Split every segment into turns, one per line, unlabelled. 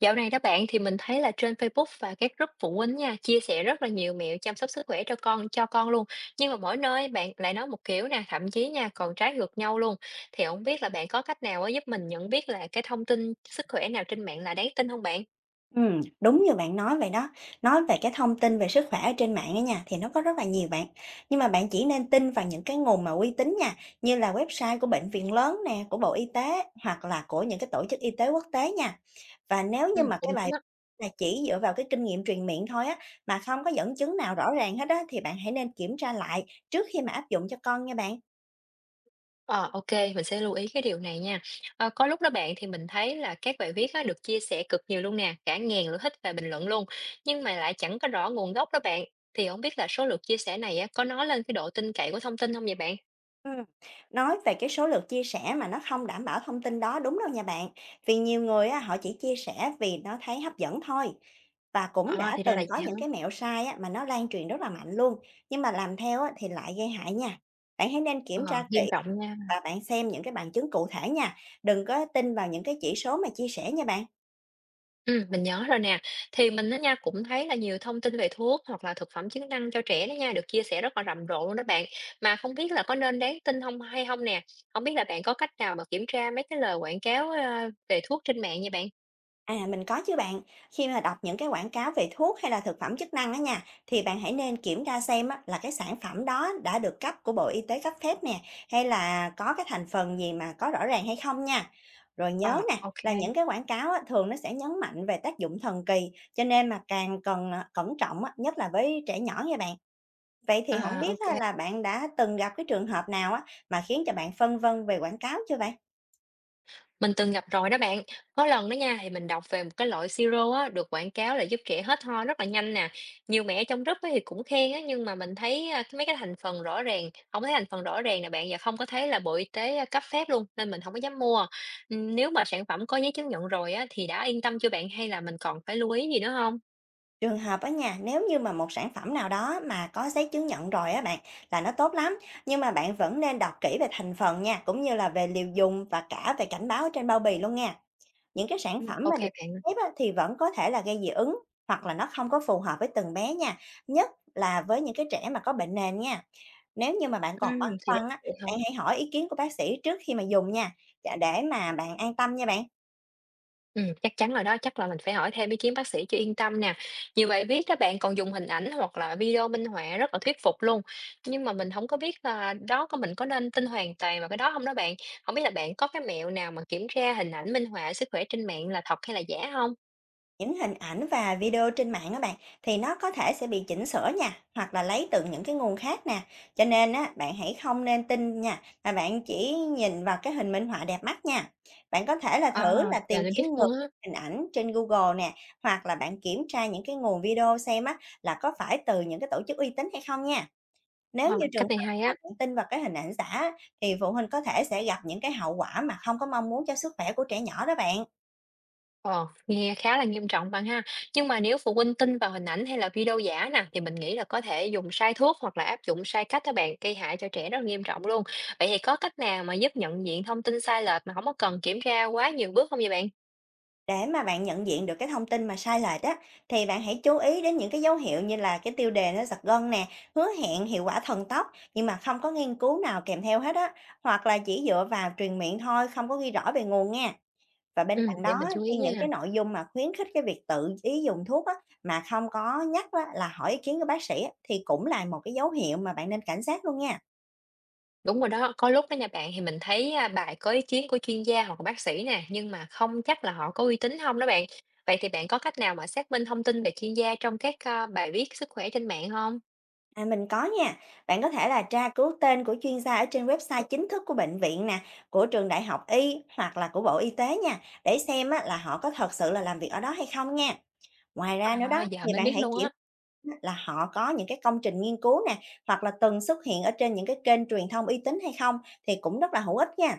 Dạo này đó bạn thì mình thấy là trên Facebook và các group phụ huynh nha chia sẻ rất là nhiều mẹo chăm sóc sức khỏe cho con luôn. Nhưng mà mỗi nơi bạn lại nói một kiểu nè, thậm chí nha còn trái ngược nhau luôn. Thì không biết là bạn có cách nào á giúp mình nhận biết là cái thông tin sức khỏe nào trên mạng là đáng tin không bạn?
Đúng như bạn nói vậy đó. Nói về cái thông tin về sức khỏe ở trên mạng á nha, thì nó có rất là nhiều bạn. Nhưng mà bạn chỉ nên tin vào những cái nguồn mà uy tín nha, như là website của bệnh viện lớn nè, của Bộ Y tế hoặc là của những cái tổ chức y tế quốc tế nha. Và nếu như
Ừ,
mà
cũng
cái
đúng.
bài là chỉ dựa vào cái kinh nghiệm truyền miệng thôi á, mà không có dẫn chứng nào rõ ràng hết á, thì bạn hãy nên kiểm tra lại trước khi mà áp dụng cho con nha bạn.
Ờ, ok, mình sẽ lưu ý cái điều này nha. Ờ, có lúc đó bạn thì mình thấy là các bài viết á, được chia sẻ cực nhiều luôn nè, cả ngàn lượt thích và bình luận luôn, nhưng mà lại chẳng có rõ nguồn gốc đó bạn. Thì không biết là số lượt chia sẻ này á, có nói lên cái độ tin cậy của thông tin không vậy bạn?
Ừm, nói về cái số lượt chia sẻ mà nó không đảm bảo thông tin đó đúng đâu nha bạn. Vì nhiều người á, họ chỉ chia sẻ vì nó thấy hấp dẫn thôi. Và cũng
À,
đã
thì ra
từng
là
có
vậy hả?
những cái mẹo sai á, mà nó lan truyền rất là mạnh luôn, nhưng mà làm theo á, thì lại gây hại nha. Bạn hãy nên kiểm
Ờ,
tra kỹ
nghiêm trọng nha.
và bạn xem những cái bằng chứng cụ thể nha. Đừng có tin vào những cái chỉ số mà chia sẻ nha bạn.
Mình nhớ rồi nè. Thì mình á nha, cũng thấy là nhiều thông tin về thuốc hoặc là thực phẩm chức năng cho trẻ đó nha, được chia sẻ rất là rầm rộ luôn đó bạn. Mà không biết là có nên đáng tin không hay không nè? Không biết là bạn có cách nào mà kiểm tra mấy cái lời quảng cáo, về thuốc trên mạng vậy bạn?
À, mình có chứ bạn. Khi mà đọc những cái quảng cáo về thuốc hay là thực phẩm chức năng á nha, thì bạn hãy nên kiểm tra xem á, là cái sản phẩm đó đã được cấp của Bộ Y tế cấp phép nè, hay là có cái thành phần gì mà có rõ ràng hay không nha. Rồi nhớ
À,
nè,
ok.
là những cái quảng cáo á, thường nó sẽ nhấn mạnh về tác dụng thần kỳ, cho nên mà càng cần cẩn trọng á, nhất là với trẻ nhỏ nha bạn. Vậy thì không
À,
biết
ok.
á, là bạn đã từng gặp cái trường hợp nào á, mà khiến cho bạn phân vân về quảng cáo chưa vậy?
Mình từng gặp rồi đó bạn. Có lần đó nha thì mình đọc về một cái loại siro á được quảng cáo là giúp trẻ hết ho rất là nhanh nè. Nhiều mẹ trong group ấy thì cũng khen á, nhưng mà mình thấy mấy cái thành phần rõ ràng, không thấy thành phần rõ ràng nè bạn, và không có thấy là Bộ Y tế cấp phép luôn nên mình không có dám mua. Ừ, nếu mà sản phẩm có giấy chứng nhận rồi á thì đã yên tâm chưa bạn, hay là mình còn phải lưu ý gì nữa không?
Trường hợp á nha, nếu như mà một sản phẩm nào đó mà có giấy chứng nhận rồi á bạn, là nó tốt lắm, nhưng mà bạn vẫn nên đọc kỹ về thành phần nha, cũng như là về liều dùng và cả về cảnh báo trên bao bì luôn nha. Những cái sản
Ừ,
phẩm mà
ok
được
bạn.
phép á, thì vẫn có thể là gây dị ứng hoặc là nó không có phù hợp với từng bé nha, nhất là với những cái trẻ mà có bệnh nền nha. Nếu như mà bạn
Ừ,
còn băn
thì đó
khoăn á,
vậy
bạn
thôi.
hãy hỏi ý kiến của bác sĩ trước khi mà dùng nha, để mà bạn an tâm nha bạn.
Chắc chắn rồi đó, chắc là mình phải hỏi thêm ý kiến bác sĩ cho yên tâm nè. Nhiều bài viết các bạn còn dùng hình ảnh hoặc là video minh họa rất là thuyết phục luôn. Nhưng mà mình không có biết là đó có mình có nên tin hoàn toàn vào cái đó không đó bạn? Không biết là bạn có cái mẹo nào mà kiểm tra hình ảnh minh họa sức khỏe trên mạng là thật hay là giả không?
Những hình ảnh và video trên mạng á bạn thì nó có thể sẽ bị chỉnh sửa nha, hoặc là lấy từ những cái nguồn khác nè. Cho nên á, bạn hãy không nên tin nha, mà bạn chỉ nhìn vào cái hình minh họa đẹp mắt nha. Bạn có thể là
À,
thử là tìm
giờ mình
kiếm
biết
ngược
luôn á.
hình ảnh trên Google nè, hoặc là bạn kiểm tra những cái nguồn video xem á là có phải từ những cái tổ chức uy tín hay không nha. Nếu
Ờ,
như trường
cách này
hợp
hay
mà
á.
bạn tin vào cái hình ảnh giả á, thì phụ huynh có thể sẽ gặp những cái hậu quả mà không có mong muốn cho sức khỏe của trẻ nhỏ đó bạn.
Ờ, nghe khá là nghiêm trọng bạn ha. Nhưng mà nếu phụ huynh tin vào hình ảnh hay là video giả nè thì mình nghĩ là có thể dùng sai thuốc hoặc là áp dụng sai cách các bạn, gây hại cho trẻ rất là nghiêm trọng luôn. Vậy thì có cách nào mà giúp nhận diện thông tin sai lệch mà không có cần kiểm tra quá nhiều bước không vậy bạn?
Để mà bạn nhận diện được cái thông tin mà sai lệch á, thì bạn hãy chú ý đến những cái dấu hiệu như là cái tiêu đề nó giật gân nè, hứa hẹn hiệu quả thần tốc nhưng mà không có nghiên cứu nào kèm theo hết á, hoặc là chỉ dựa vào truyền miệng thôi, không có ghi rõ về nguồn nha. Và bên
Ừ,
cạnh đó
để mình
á,
chú ý
thì những cái
nha.
nội dung mà khuyến khích cái việc tự ý dùng thuốc á, mà không có nhắc á, là hỏi ý kiến của bác sĩ á, thì cũng là một cái dấu hiệu mà bạn nên cảnh giác luôn nha.
Đúng rồi đó, có lúc đó nha bạn thì mình thấy bài có ý kiến của chuyên gia hoặc là bác sĩ nè, nhưng mà không chắc là họ có uy tín không đó bạn. Vậy thì bạn có cách nào mà xác minh thông tin về chuyên gia trong các bài viết sức khỏe trên mạng không?
À, mình có nha. Bạn có thể là tra cứu tên của chuyên gia ở trên website chính thức của bệnh viện nè, của trường đại học y hoặc là của Bộ Y tế nha, để xem á, là họ có thật sự là làm việc ở đó hay không nha. Ngoài ra nữa
À,
đó
giờ
thì
mới
bạn
biết
hãy
luôn
kiểm
á.
á, là họ có những cái công trình nghiên cứu nè, hoặc là từng xuất hiện ở trên những cái kênh truyền thông uy tín hay không thì cũng rất là hữu ích nha.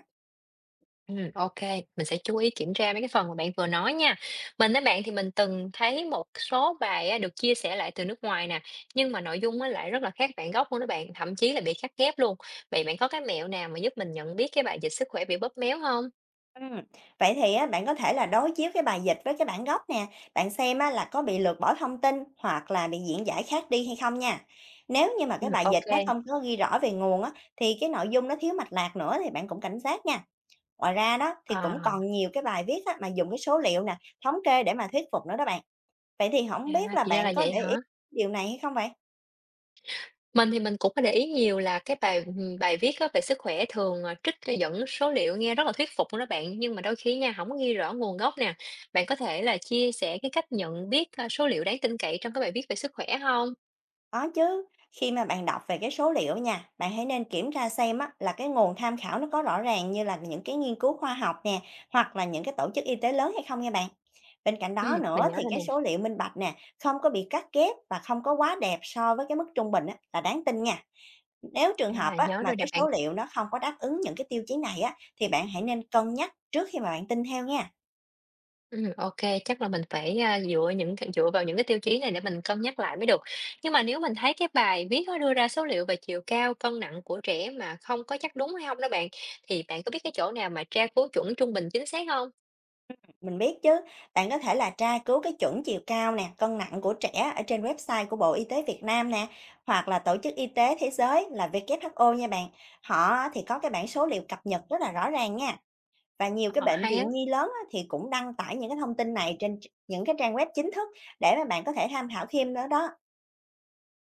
Ô Mình sẽ chú ý kiểm tra mấy cái phần mà bạn vừa nói nha. Mình á bạn thì mình từng thấy một số bài á được chia sẻ lại từ nước ngoài nè, nhưng mà nội dung á lại rất là khác bản gốc luôn đó bạn, thậm chí là bị cắt ghép luôn. Vậy bạn có cái mẹo nào mà giúp mình nhận biết cái bài dịch sức khỏe bị bóp méo không?
Ừm, Vậy thì á, bạn có thể là đối chiếu cái bài dịch với cái bản gốc nè, bạn xem á, là có bị lược bỏ thông tin hoặc là bị diễn giải khác đi hay không nha. Nếu như mà cái bài
Ô
dịch nó không có ghi rõ về nguồn á, thì cái nội dung nó thiếu mạch lạc nữa thì bạn cũng cảnh giác nha. Ngoài ra đó thì cũng
À,
còn nhiều cái bài viết á, mà dùng cái số liệu nè, thống kê để mà thuyết phục nữa đó bạn. Vậy thì không biết là
thì ra
bạn
là
có
vậy
để ý
hả?
điều này hay không vậy?
Mình thì mình cũng có để ý nhiều là bài viết á về sức khỏe thường, trích ra dẫn số liệu nghe rất là thuyết phục luôn đó bạn, nhưng mà đôi khi nha, không có ghi rõ nguồn gốc nè. Bạn có thể là chia sẻ cái cách nhận biết, số liệu đáng tin cậy trong các bài viết về sức khỏe không?
Có chứ, khi mà bạn đọc về cái số liệu nha, bạn hãy nên kiểm tra xem á, là cái nguồn tham khảo nó có rõ ràng như là những cái nghiên cứu khoa học nè, hoặc là những cái tổ chức y tế lớn hay không nha bạn. Bên cạnh đó
Mình
nữa
nhớ
thì
rồi
cái
nè.
số liệu minh bạch nè, không có bị cắt ghép và không có quá đẹp so với cái mức trung bình á, là đáng tin nha. Nếu trường hợp
À,
á,
nhớ
mà
rồi nè
cái
bạn.
số liệu nó không có đáp ứng những cái tiêu chí này á, thì bạn hãy nên cân nhắc trước khi mà bạn tin theo nha.
Ô Chắc là mình phải, a, dựa những c dựa vào những cái tiêu chí này để mình cân nhắc lại mới được. Nhưng mà nếu mình thấy cái bài viết nó đưa ra số liệu về chiều cao, cân nặng của trẻ mà không có chắc đúng hay không đó bạn, thì bạn có biết cái chỗ nào mà tra cứu chuẩn trung bình chính xác không?
Mình biết chứ, bạn có thể là tra cứu cái chuẩn chiều cao nè, cân nặng của trẻ ở trên website của Bộ Y tế Việt Nam nè, hoặc là Tổ chức Y tế Thế giới là WHO nha bạn. Họ á thì có cái bảng số liệu cập nhật rất là rõ ràng nha. Và nhiều cái
Ờ,
bệnh
hay á.
viện nhi lớn á thì cũng đăng tải những cái thông tin này trên những cái trang web chính thức để mà bạn có thể tham khảo thêm nữa đó.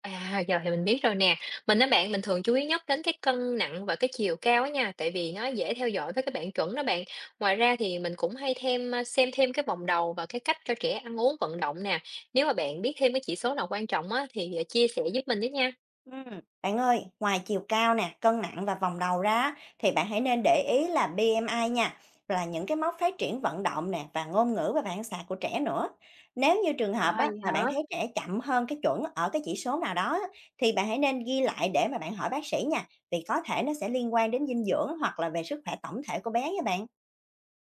À, giờ thì mình biết rồi nè. Mình nói bạn, mình thường chú ý nhất đến cái cân nặng và cái chiều cao á nha, tại vì nó dễ theo dõi với cái bảng chuẩn đó bạn. Ngoài ra thì mình cũng xem thêm cái vòng đầu và cái cách cho trẻ ăn uống vận động nè. Nếu mà bạn biết thêm cái chỉ số nào quan trọng á thì chia sẻ giúp mình với nha.
Ừm, Bạn ơi, ngoài chiều cao nè, cân nặng và vòng đầu ra á, thì bạn hãy nên để ý là BMI nha, là những cái mốc phát triển vận động nè và ngôn ngữ và phản xạ của trẻ nữa. Nếu như trường hợp
À,
á,
vậy
mà
hả?
bạn thấy trẻ chậm hơn cái chuẩn ở cái chỉ số nào đó á, thì bạn hãy nên ghi lại để mà bạn hỏi bác sĩ nha, vì có thể nó sẽ liên quan đến dinh dưỡng hoặc là về sức khỏe tổng thể của bé nha bạn.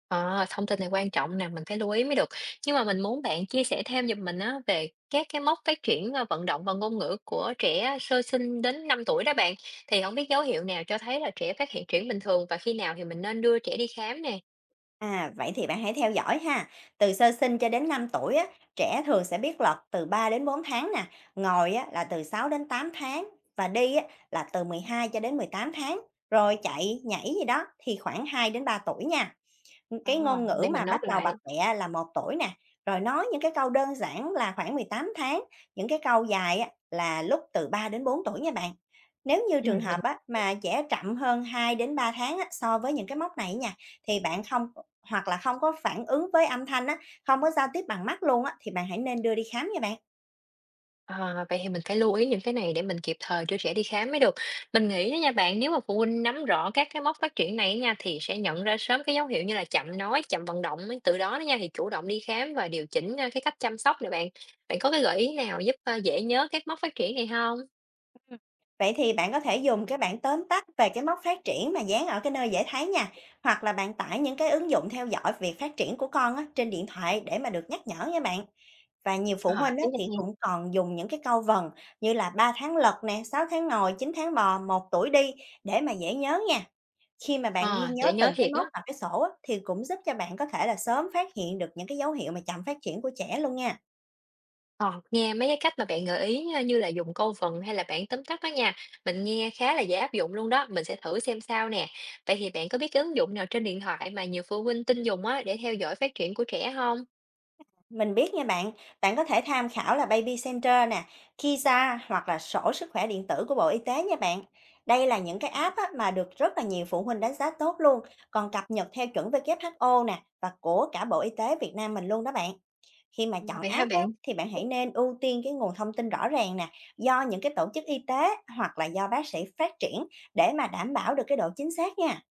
À, thông tin này quan trọng nè, mình phải lưu ý mới được. Nhưng mà mình muốn bạn chia sẻ thêm giùm mình á về các cái mốc phát triển vận động và ngôn ngữ của trẻ sơ sinh đến 5 tuổi đó bạn. Thì không biết dấu hiệu nào cho thấy là trẻ phát hiện chuyển bình thường, và khi nào thì mình nên đưa trẻ đi khám nè.
À, vậy thì bạn hãy theo dõi ha. Từ sơ sinh cho đến 5 tuổi á, trẻ thường sẽ biết lật từ 3 đến 4 tháng nè, ngồi á, là từ 6 đến 8 tháng và đi á, là từ 12 cho đến 18 tháng, rồi chạy, nhảy gì đó thì khoảng 2 đến 3 tuổi nha.
À,
Cái ngôn ngữ
để
mà
mình
bắt
note
đầu bập
lại.
bẹ là 1 tuổi nè, rồi nói những cái câu đơn giản là khoảng 18 tháng, những cái câu dài á là lúc từ 3 đến 4 tuổi nha bạn. Nếu như
Ừ,
trường hợp
mình.
á mà trẻ chậm hơn 2 đến 3 tháng á so với những cái mốc này nha, thì bạn không hoặc là không có phản ứng với âm thanh á, không có giao tiếp bằng mắt luôn á, thì bạn hãy nên đưa đi khám nha bạn.
À, vậy thì mình phải lưu ý những cái này để mình kịp thời đưa trẻ đi khám mới được. Mình nghĩ đó nha bạn, nếu mà phụ huynh nắm rõ các cái mốc phát triển này nha thì sẽ nhận ra sớm cái dấu hiệu như là chậm nói, chậm vận động ấy. Từ đó đó nha thì chủ động đi khám và điều chỉnh cái cách chăm sóc này bạn. Bạn có cái gợi ý nào giúp dễ nhớ các mốc phát triển này không?
Vậy thì bạn có thể dùng cái bảng tóm tắt về cái mốc phát triển mà dán ở cái nơi dễ thấy nha, hoặc là bạn tải những cái ứng dụng theo dõi việc phát triển của con á, trên điện thoại để mà được nhắc nhở nha bạn. Và nhiều phụ
Ờ.
huynh á, thì cũng còn dùng những cái câu vần như là 3 tháng lật nè, 6 tháng ngồi, 9 tháng bò, 1 tuổi đi để mà dễ nhớ nha. Khi mà bạn ghi
Ờ,
nhớ
dễ
từng
nhớ
cái
thiệt
mốc
á.
vào cái sổ á, thì cũng giúp cho bạn có thể là sớm phát hiện được những cái dấu hiệu mà chậm phát triển của trẻ luôn nha.
Ờ, nghe mấy cái cách mà bạn gợi ý á, như là dùng câu vần hay là bảng tóm tắt đó nha, mình nghe khá là dễ áp dụng luôn đó, mình sẽ thử xem sao nè. Vậy thì bạn có biết cái ứng dụng nào trên điện thoại mà nhiều phụ huynh tin dùng á để theo dõi phát triển của trẻ không?
Mình biết nha bạn, bạn có thể tham khảo là Baby Center nè, Kiza hoặc là sổ sức khỏe điện tử của Bộ Y tế nha bạn. Đây là những cái app á, mà được rất là nhiều phụ huynh đánh giá tốt luôn, còn cập nhật theo chuẩn WHO nè và của cả Bộ Y tế Việt Nam mình luôn đó bạn. Khi mà
Ừ,
chọn
vậy hả
app á,
bạn?
thì bạn hãy nên ưu tiên cái nguồn thông tin rõ ràng nè, do những cái tổ chức y tế hoặc là do bác sĩ phát triển để mà đảm bảo được cái độ chính xác nha.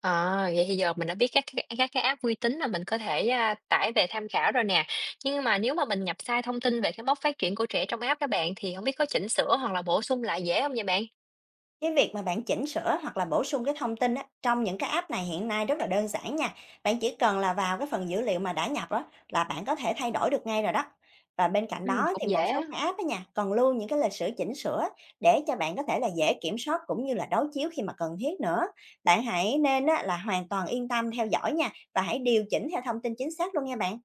Ờ, vậy thì giờ mình đã biết các cái app uy tín là mình có thể tải về tham khảo rồi nè. Nhưng mà nếu mà mình nhập sai thông tin về cái mốc phát triển của trẻ trong app đó bạn thì không biết có chỉnh sửa hoặc là bổ sung lại dễ không vậy bạn?
Cái việc mà bạn chỉnh sửa hoặc là bổ sung cái thông tin á, trong những cái app này hiện nay rất là đơn giản nha. Bạn chỉ cần là vào cái phần dữ liệu mà đã nhập đó là bạn có thể thay đổi được ngay rồi đó. Và bên cạnh
Ừ,
đó thì
cũng dễ
một số
á.
cái app á nha, còn lưu những cái lịch sử chỉnh sửa để cho bạn có thể là dễ kiểm soát cũng như là đối chiếu khi mà cần thiết nữa. Bạn hãy nên á, là hoàn toàn yên tâm theo dõi nha và hãy điều chỉnh theo thông tin chính xác luôn nha bạn.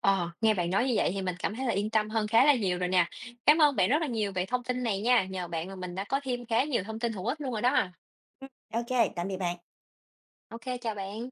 Ờ, nghe bạn nói như vậy thì mình cảm thấy là yên tâm hơn khá là nhiều rồi nè. Cảm ơn bạn rất là nhiều về thông tin này nha. Nhờ bạn mà mình đã có thêm khá nhiều thông tin hữu ích luôn rồi đó.
Ừ, Ok, tạm biệt bạn.
OK, chào bạn.